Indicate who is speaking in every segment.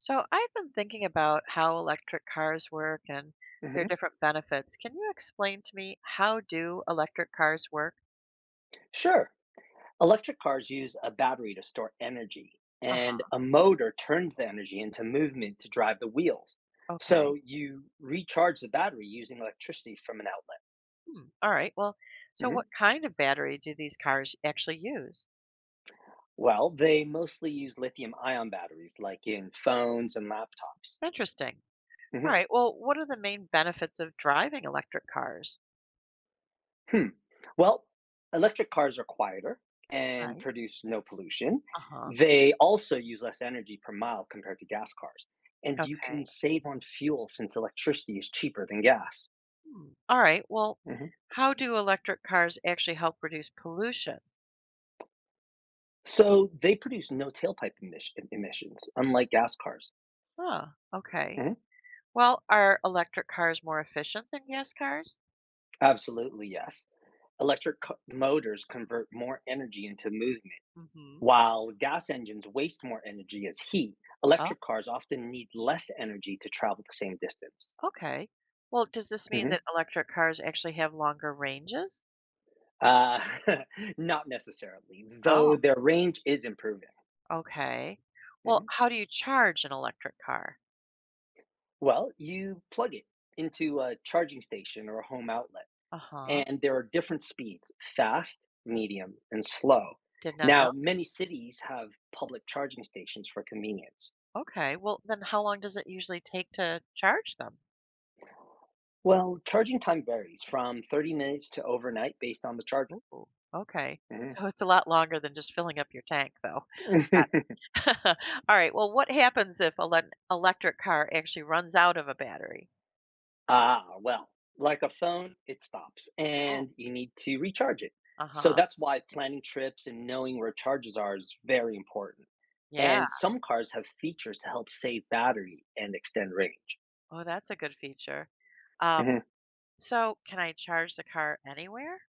Speaker 1: So I've been thinking about how electric cars work and their
Speaker 2: Mhm.
Speaker 1: different benefits. Can you explain to me how do electric cars work?
Speaker 2: Sure. Electric cars use a battery to store energy, and
Speaker 1: Uh-huh.
Speaker 2: a motor turns the energy into movement to drive the wheels.
Speaker 1: Okay.
Speaker 2: So you recharge the battery using electricity from an outlet.
Speaker 1: Hmm. All right. So what
Speaker 2: Mhm.
Speaker 1: kind of battery do these cars actually use?
Speaker 2: Well, they mostly use lithium ion batteries, like in phones and laptops.
Speaker 1: Interesting. All
Speaker 2: Mhm.
Speaker 1: right. Well, what are the main benefits of driving electric cars?
Speaker 2: Hmm. Well, electric cars are quieter and
Speaker 1: Right.
Speaker 2: produce no pollution.
Speaker 1: Uh-huh.
Speaker 2: They also use less energy per mile compared to gas cars. And you can
Speaker 1: Okay.
Speaker 2: save on fuel since electricity is cheaper than gas.
Speaker 1: Hmm. All right. Well,
Speaker 2: Mhm.
Speaker 1: how do electric cars actually help reduce pollution?
Speaker 2: So they produce no emissions, unlike gas cars.
Speaker 1: Huh. Okay.
Speaker 2: Mhm.
Speaker 1: Well, are electric cars more efficient than gas cars?
Speaker 2: Absolutely, yes. Electric motors convert more energy into movement.
Speaker 1: Mhm.
Speaker 2: While gas engines waste more energy as heat,
Speaker 1: Oh,
Speaker 2: electric cars often need less energy to travel the same distance.
Speaker 1: okay. Well, does this mean that
Speaker 2: Mhm.
Speaker 1: electric cars actually have longer ranges?
Speaker 2: Uh, not necessarily,
Speaker 1: Oh,
Speaker 2: though their range is improving.
Speaker 1: okay. Well,
Speaker 2: Hmm.
Speaker 1: how do you charge an electric car?
Speaker 2: Well, you plug it into a charging station or a home outlet,
Speaker 1: Uh-huh.
Speaker 2: and there are different speeds: fast, medium, and slow.
Speaker 1: Did not know.
Speaker 2: Now, many cities have public charging stations for convenience.
Speaker 1: Okay. Well, then how long does it usually take to charge them?
Speaker 2: Well, charging time varies from 30 minutes to overnight based on the charger.
Speaker 1: Ooh, okay. So it's a lot longer than just filling up your tank, though. Got
Speaker 2: Hmm.
Speaker 1: it. All right. Well, what happens if an electric car actually runs out of a battery?
Speaker 2: Ah, well, like a phone, it stops
Speaker 1: Oh,
Speaker 2: and you need to recharge it. So
Speaker 1: uh-huh.
Speaker 2: that's why planning trips and knowing where charges are is very important.
Speaker 1: Yeah.
Speaker 2: And some cars have features to help save battery and extend range.
Speaker 1: Oh, that's a good feature. Um,
Speaker 2: Mhm.
Speaker 1: So, can I charge the car anywhere?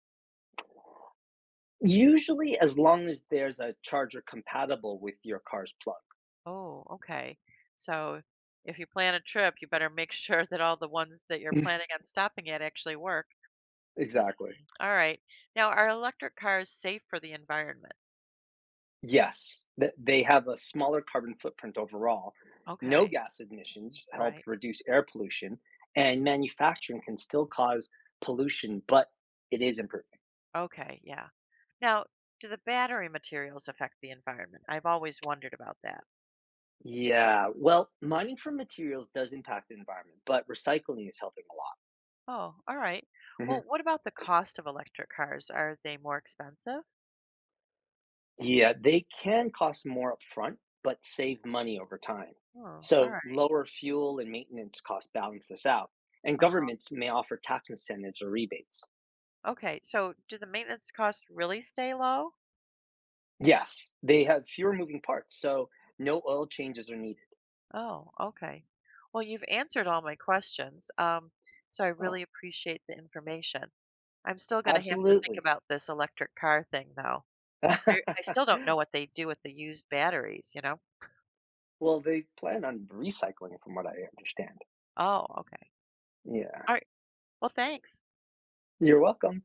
Speaker 2: Usually, as long as there's a charger compatible with your car's plug.
Speaker 1: Oh, okay. So, if you plan a trip, you better make sure that all the ones that you're planning on stopping at actually work. Mhm.
Speaker 2: Exactly.
Speaker 1: All right. Now, are electric cars safe for the environment?
Speaker 2: Yes, th they have a smaller carbon footprint overall. No
Speaker 1: Okay.
Speaker 2: gas emissions help
Speaker 1: Right.
Speaker 2: reduce air pollution, and manufacturing can still cause pollution, but it is improving.
Speaker 1: Okay. Yeah. Now, do the battery materials affect the environment? I've always wondered about that.
Speaker 2: Yeah, well, mining for materials does impact the environment, but recycling is helping a lot.
Speaker 1: Oh, all right. Well,
Speaker 2: Mhm.
Speaker 1: what about the cost of electric cars? Are they more expensive?
Speaker 2: Yeah, they can cost more upfront, but save money over time.
Speaker 1: Oh, all
Speaker 2: So
Speaker 1: right.
Speaker 2: lower fuel and maintenance costs balance this out, and
Speaker 1: Uh-huh.
Speaker 2: governments may offer tax incentives or rebates.
Speaker 1: Okay. So, do the maintenance costs really stay low?
Speaker 2: Yes, they have fewer moving parts, so no oil changes are needed.
Speaker 1: Oh, okay. Well, you've answered all my questions. So I really
Speaker 2: Oh,
Speaker 1: appreciate the information. I'm still going to have to think
Speaker 2: absolutely.
Speaker 1: about this electric car thing, though. I still don't know what they do with the used batteries,
Speaker 2: Well, they plan on recycling, from what I understand.
Speaker 1: Oh, okay.
Speaker 2: Yeah.
Speaker 1: All right. Well, thanks.
Speaker 2: You're welcome.